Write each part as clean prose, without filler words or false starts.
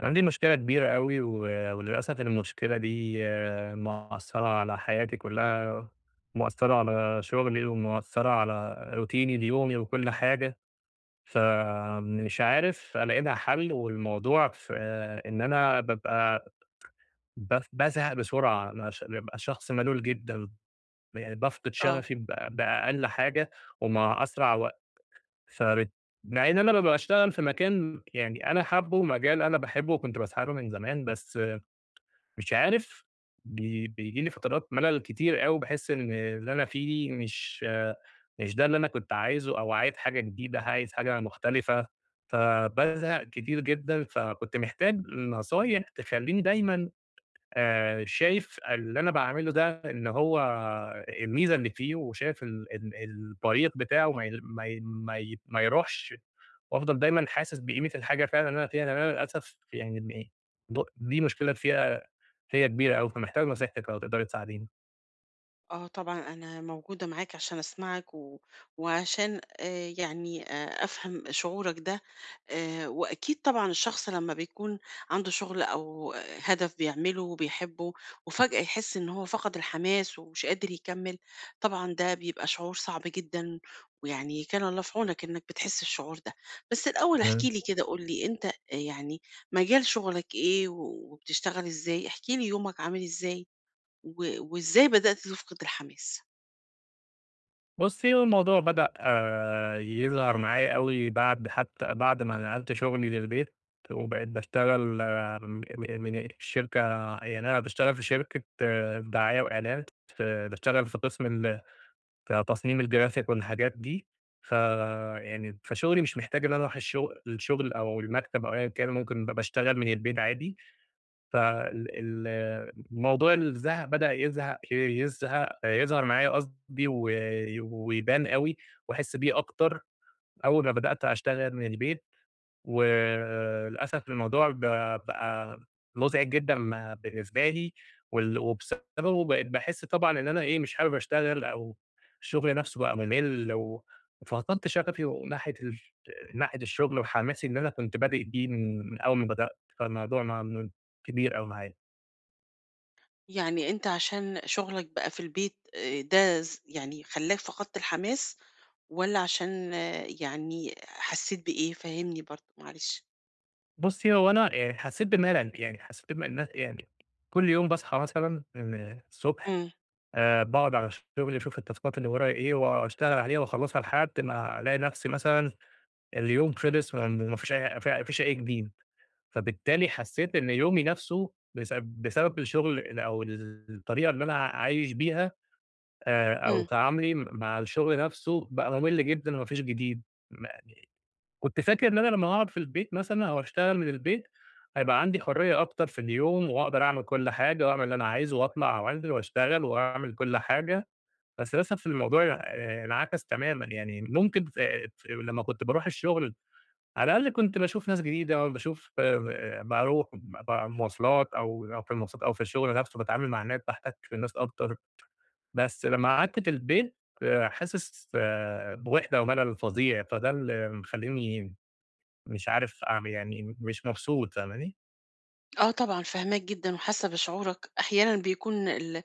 عندي مشكلة كبيرة أوي و وللأسف المشكلة دي مأثّرة على حياتي كلّها، مأثّرة على شغلي ومأثّرة على روتيني اليومي وكل حاجة، فمش عارف ألاقي لها حل، والموضوع في إن أنا بابقى بازهق بسرعة. أنا بابقى شخص ملول جدًا، يعني بافقد آه، شغفي ب بأقل حاجة ومع أسرع وقت. فبت مع إن أنا بابقى باشتغل في مكان يعني أنا حابّه، مجال أنا باحبّه وكنت باسعى له من زمان، بس مش عارف، بييجي لي فترات ملل كتير أوي. باحس إن اللي أنا فيه مش ده اللي أنا كنت عايزه، أو عايز حاجة جديدة، عايز حاجة مختلفة، فبازهق كتير جدًا. فكنت محتاج نصايح تخلّيني دايمًا شايف اللي أنا باعمله ده إن هو الميزة اللي فيه، وشايف ال ال الطريق بتاعه ما يروحش، وأفضل دايمًا حاسس بقيمة الحاجة فعلًا اللي أنا فيها، لأن أنا للأسف يعني م د دي مشكلة فيّا كبيرة أوي، فمحتاج نصيحتِك لو تقدري تساعديني. آه طبعًا أنا موجودة معاك عشان أسمعك و وعشان يعني أفهم شعورك ده، وأكيد طبعًا الشخص لمّا بيكون عنده شغل أو هدف بيعمله وبيحبه وفجأة يحس إن هو فقد الحماس ومش قادر يكمّل، طبعًا ده بيبقى شعور صعب جدًا، ويعني كان الله في عونك إنك بتحس الشعور ده. بس الأول احكِ إمم. لي كده قُل لي أنت يعني مجال شغلك إيه وبتشتغل إزاي؟ احكِ لي يومك عامل إزاي؟ و وإزاي بدأت تفقد الحماس؟ بُصّي، هو الموضوع بدأ يظهر معايا أوي بعد، حتى بعد ما نقلت شغلي للبيت وبقيت باشتغل م من من الشركة. يعني أنا باشتغل في شركة دعاية وإعلان، باشتغل في قسم ال فتصميم الجرافيك والحاجات دي، فشغلي مش محتاج إن أنا أروح الشغل، أو المكتب أو أيًا كان، ممكن ب باشتغل من البيت عادي. فال ال موضوع الزهق بدأ يزهق يزهق يظهر معايا قصدي و ويبان أوي، وأحس بيه أكتر أول ما بدأت أشتغل من البيت. وللأسف الموضوع بقى مُزعج جدًا بالنسبة لي، وال وبسببه بقيت باحس طبعًا إن أنا إيه، مش حابب أشتغل، أو الشغل نفسه بقى ممل و وفقدت شغفي وناحية ال ناحية الشغل، وحماسي اللي أنا كنت بادئ بيه من أول ما بدأت، فالموضوع كبير أوي معايا. يعني أنت عشان شغلك بقى في البيت ده ز يعني خلّاك فقدت الحماس والّا عشان يعني حسيت بإيه؟ فهمني برضه معلش. بُصّي، هو أنا حسّيت بملل، يعني حسّيت إن يعني كل يوم باصحى مثلًا من الصبح، إمم، باقعد على شغلي، أشوف التاسكات اللي ورايا إيه واشتغل عليها واخلّصها لحد ما الاقي نفسي مثلًا اليوم خلص وما فيش أي ما فيش أي جديد. فبالتالي حسّيت إن يومي نفسه بس بسبب الشغل أو الطريقة اللي أنا عايش بيها، أو إمم. تعاملي مع الشغل نفسه، بقى ممل جدًا وما فيش جديد. م كنت فاكر إن أنا لمّا هاقعد في البيت مثلًا أو اشتغل من البيت، هيبقى عندي حرية أكتر في اليوم واقدر أعمل كل حاجة، واعمل اللي أنا عايزه واطلع وانزل واشتغل واعمل كل حاجة، بس للأسف الموضوع انعكس تمامًا. يعني ممكن، ف لمّا كنت باروح الشغل على الأقل كنت باشوف ناس جديدة، باشوف، باروح مواصلات، أو في المواصلات، أو في الشغل نفسه باتعامل مع الناس، باحتك بالناس أكتر. بس لمّا قعدت في البيت، حاسس بوحدة وملل فظيع، فده اللي مخلّيني مش عارف أعمل، يعني مش مبسوط، فاهماني؟ آه طبعًا فاهماك جدًا وحاسة بشعورك، أحيانًا بيكون ال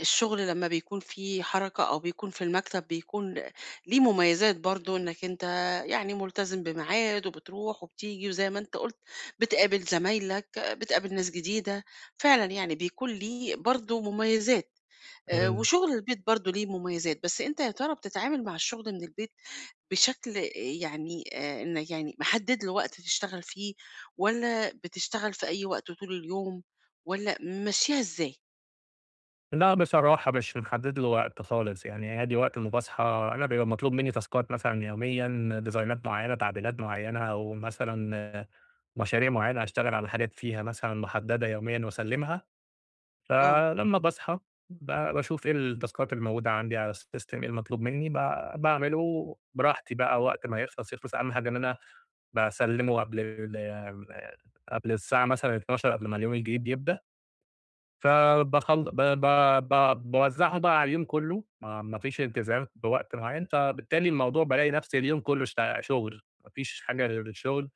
الشغل لمّا بيكون فيه حركة أو بيكون في المكتب بيكون ليه مميزات برضه إنك أنت يعني ملتزم بميعاد وبتروح وبتيجي وزي ما أنت قُلت بتقابل زمايلك، بتقابل ناس جديدة، فعلًا يعني بيكون ليه برضه مميزات، إمم. وشغل البيت برضه ليه مميزات، بس أنت يا ترى بتتعامل مع الشغل من البيت بشكل يعني إن يعني محدد له وقت تشتغل فيه، والّا بتشتغل في أي وقت طول اليوم، والّا ممشّيها إزاي؟ لأ، بصراحة مش محدد له وقت خالص. يعني عادي، وقت ما باصحى أنا بيبقى مطلوب مني تاسكات مثلًا يوميًا، ديزاينات معيّنة، تعديلات معيّنة، أو مثلًا مشاريع معيّنة هاشتغل على حاجات فيها مثلًا محددة يوميًا وأسلمها. آه، فلمّا باصحى، ب باشوف إيه التاسكات الموجودة عندي على الsystem، إيه المطلوب مني، باعمله براحتي بقى. وقت ما يخلص أهم حاجة إن أنا باسلمه قبل ال قبل الساعة مثلًا 12:00، قبل ما اليوم الجديد يبدأ. فباخل ب ب ب باوزّعهم بقى على اليوم كلّه. ما فيش التزام بوقت معيّن، فبالتالي الموضوع بالاقي نفْسي اليوم كلّه، شغل، ما فيش حاجة غير الشغل.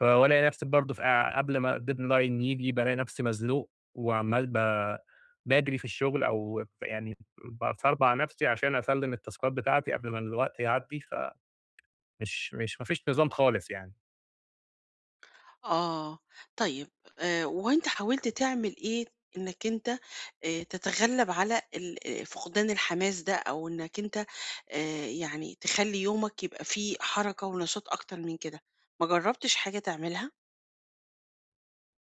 فبالاقي نفْسي برضه قبل ما الdeadline ييجي، بالاقي نفْسي مزنوق وعمّال، باجري في الشغل، أو يعني بافرض على نفْسي عشان أسلّم التاسكات بتاعتي قبل ما الوقت يعدّي. فمش مش ما فيش نظام خالص يعني. آه، طيب وأنت حاولت تعمل إيه إنك أنت تتغلب على ال فقدان الحماس ده، أو إنك أنت يعني تخلّي يومك يبقى فيه حركة ونشاط أكتر من كده، ما جرّبتش حاجة تعملها؟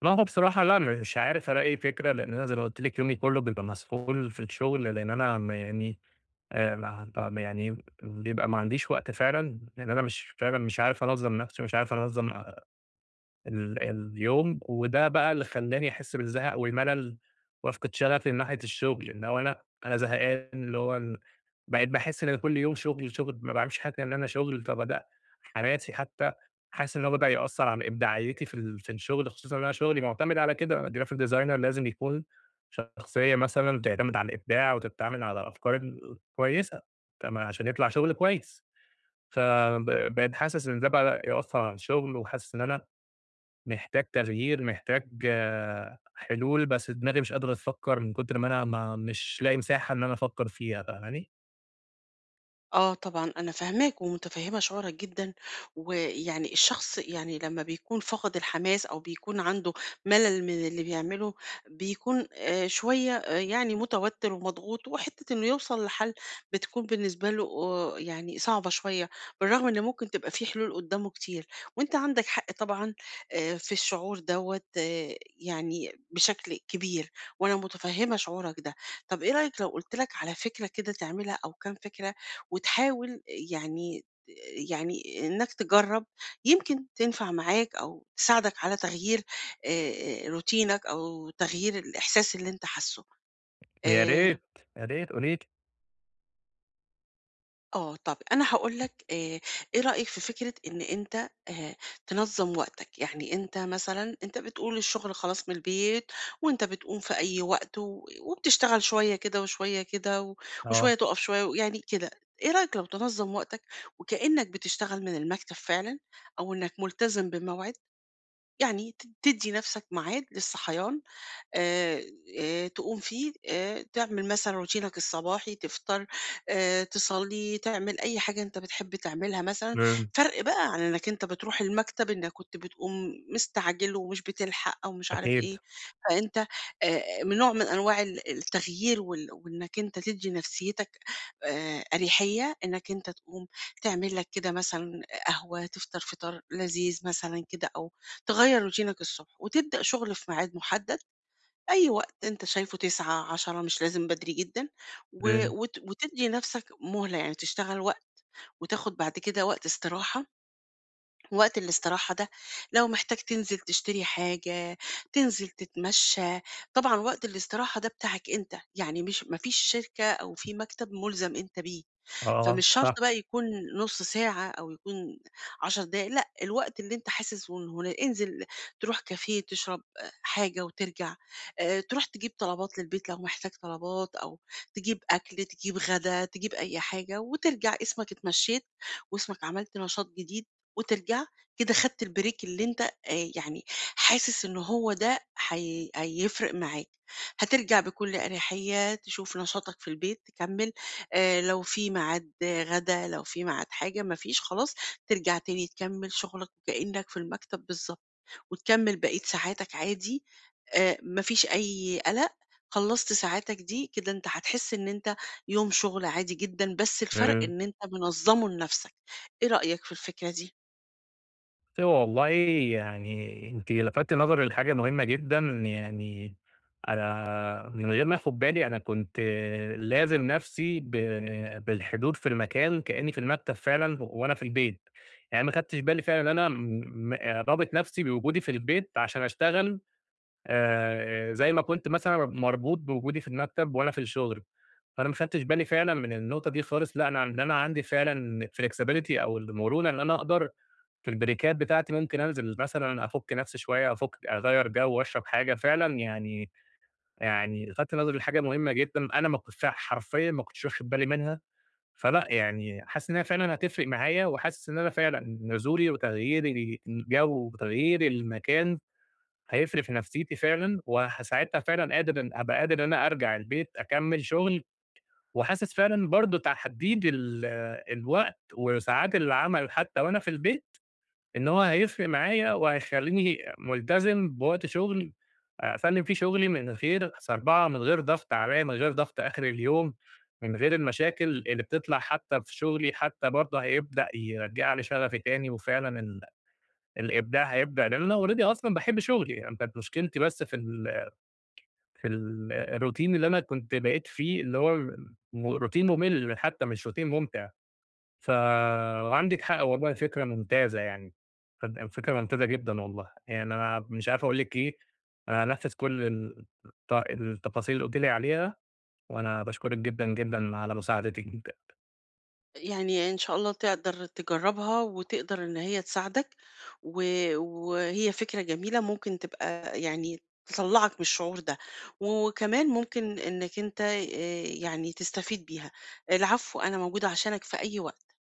لأ، هو بصراحة لأ، مش عارف ألاقي فكرة، لإن أنا زي ما قُلت لِك، يومي كُلّه بيبقى مسحول في الشغل. لإن أنا، يعني ما يعني، بيبقى ما عنديش وقت فعلًا. لإن أنا مش فعلًا، مش عارف أنظّم نَفْسي، مش عارف أنظّم اليوم، وده بقى اللي خلّاني أحس بالزهق والملل وأفقد شغفي من ناحية الشغل. إن هو أنا زهقان، اللي هو بقيت باحس إن كل يوم شغل، شغل، ما باعملش حاجة غير إن أنا شغل. فبدأ حماسي حتى، حاسس إن هو بدأ يأثّر على إبداعيتي في ال في الشغل، خصوصًا إن أنا شغلي معتمد على كده. الgraphic designer لازم يكون شخصية مثلًا تعتمد على الإبداع، وتتعامل على الأفكار الكويسة تمام، عشان يطلع شغل كويس. فب بقيت حاسس إن ده بقى يأثّر على الشغل، وحاسس إن أنا محتاج تغيير، محتاج حلول، بس دماغي مش قادرة تفكّر من كتر ما أنا ما مش لاقي مساحة إن أنا أفكّر فيها، فاهماني؟ آه طبعًا، أنا فاهماك ومتفهمة شعورك جدًا، ويعني الشخص يعني لما بيكون فقد الحماس أو بيكون عنده ملل من اللي بيعمله، بيكون شوية يعني متوتر ومضغوط، وحتة إنه يوصل لحل بتكون بالنسبة له يعني صعبة شوية، بالرغم إن ممكن تبقى في حلول قدامه كتير، وأنت عندك حق طبعًا في الشعور دوّة يعني بشكل كبير، وأنا متفهمة شعورك ده. طب إيه رأيك لو قُلت لك على فكرة كده تعملها أو كام فكرة وتحاول يعني يعني إنك تجرّب يمكن تنفع معاك أو تساعدك على تغيير روتينك أو تغيير الإحساس اللي أنت حاسّه. يا آآ ريت، يا ريت قولي لي. آه، طَب أنا هاقول لك إيه رأيك في فكرة إن أنت آآ، تنظّم وقتك، يعني أنت مثلًا أنت بتقول الشغل خلاص من البيت، وأنت بتقوم في أي وقت و وبتشتغل شوية كده وشوية كده و وشوية آه، تُقف شوية ويعني كده، إيه رأيك لو تنظّم وقتك وكإنك بتشتغل من المكتب فعلًا، أو إنك ملتزم بموعد، يعني تدّي نَفْسك ميعاد للصحيان آآ، تقوم فيه تعمل مثلًا روتينك الصباحي، تفطر، تصلّي، تعمل أي حاجة أنت بتحب تعملها مثلًا، إمم، فرق بقى عن إنك أنت بتروح المكتب إنك كنت بتقوم مستعجل ومش بتلحق أو مش عارف أكيد، إيه، فأنت من نوع من أنواع التغيير وإنك أنت تدّي نفسيتك أريحية، إنك أنت تقوم تعمل لك كده مثلًا قهوة، تفطر فطار لذيذ مثلًا كده أو تغيّر روتينك الصبح وتبدأ شغل في ميعاد محدد أي وقت أنت شايفه 09:00، 10:00 مش لازم بدري جدًا، و إمم، وت وتدّي نَفْسك مهلة، يعني تشتغل وقت وتاخُد بعد كده وقت استراحة، وقت الاستراحة ده لو محتاج تنزل تشتري حاجة، تنزل تتمشّى، طبعًا وقت الاستراحة ده بتاعك أنت، يعني مش ما فيش شركة أو في مكتب مُلزم أنت بيه. آه، فمش شرط صح، بقى يكون نُص ساعة أو يكون 10 دقايق، لأ، الوقت اللي أنت حاسس إن هنا انزل تروح كافيه تشرب حاجة وترجع، تروح تجيب طلبات للبيت لو محتاج طلبات أو تجيب أكل، تجيب غدا، تجيب أي حاجة وترجع اسمك اتمشيت واسمك عملت نشاط جديد وترجع، كده خدت البريك اللي أنت يعني حاسس إن هو ده هيفرق معاك. هترجع بكل أريحية تشوف نشاطك في البيت تكمّل لو في ميعاد غدا، لو في ميعاد حاجة، ما فيش خلاص ترجع تاني تكمّل شغلك وكإنّك في المكتب بالضبط، وتكمّل بقية ساعاتك عادي، ما فيش أي قَلَق، خلّصت ساعاتك دي كده أنت هتحس إن أنت يوم شغل عادي جدًا، بس الفرق إمم. إن أنت منظّمه لنَفْسك، إيه رأيك في الفكرة دي؟ هو والله، يعني أنتِ لفتتِ نظري لحاجة مهمة جدًا. يعني أنا من غير ما آخد بالي، أنا كنت لازم نَفْسي ب بالحضور في المكان، كإنّي في المكتب فعلًا وأنا في البيت. يعني ما خدتش بالي فعلًا إن أنا رابط نَفْسي بوجودي في البيت عشان أشتغل، زي ما كنت مثلًا مربوط بوجودي في المكتب وأنا في الشغل. فأنا ما خدتش بالي فعلًا من النقطة دي خالص. لأ، أنا إن أنا عندي فعلًا flexibility أو المرونة، إن أنا أقدر في البريكات بتاعتي ممكن أنزل مثلًا أفُك نفسي شوية، أغيّر جو وأشرب حاجة. فعلًا يعني لفتت نظري لحاجة مهمة جدًا، أنا ما كنتش حرفيًا، ما كنتش واخد بالي منها. فلأ يعني، حاسس إنها فعلًا هتفرق معايا، وحاسس إن أنا فعلًا نزولي وتغيير الجو وتغيير المكان هيفرق في نفسيتي فعلًا، ساعتها فعلًا قادر إن أبقى قادر إن أنا أرجع البيت أكمّل شغل. وحاسس فعلًا برضه تحديد الوقت وساعات العمل حتى وأنا في البيت، إن هو هيفرق معايا وهيخلّيني ملتزم بوقت شغل أسلِّم فيه شغلي من غير سربعة، من غير ضغط عليّا، من غير ضغط آخر اليوم، من غير المشاكل اللي بتطلع حتى في شغلي. حتى برضه هيبدأ يرجّع لي شغفي تاني، وفعلًا الإبداع هيبدأ، لإن أنا already أصلًا باحب شغلي. يعني كانت مشكلتي بس في ال في ال الroutine اللي أنا كنت بقيت فيه، اللي هو routine مُمِل حتى، مش routine ممتع. فعندِك حق والله، فكرة ممتازة يعني، فكرة ممتازة جدًا والله. يعني أنا مش عارف أقول لِك إيه، أنا هانفذ كل ال الت التفاصيل اللي قُلتِ لي عليها، وأنا باشكرِك جدًا، جدًا على مساعدتِك. يعني إن شاء الله تقدر تجرّبها وتقدر إن هي تساعدك، و وهي فكرة جميلة ممكن تبقى يعني تطلّعك من الشعور ده، وكمان ممكن إنّك أنت يعني تستفيد بيها. العفو، أنا موجودة عشانك في أي وقت.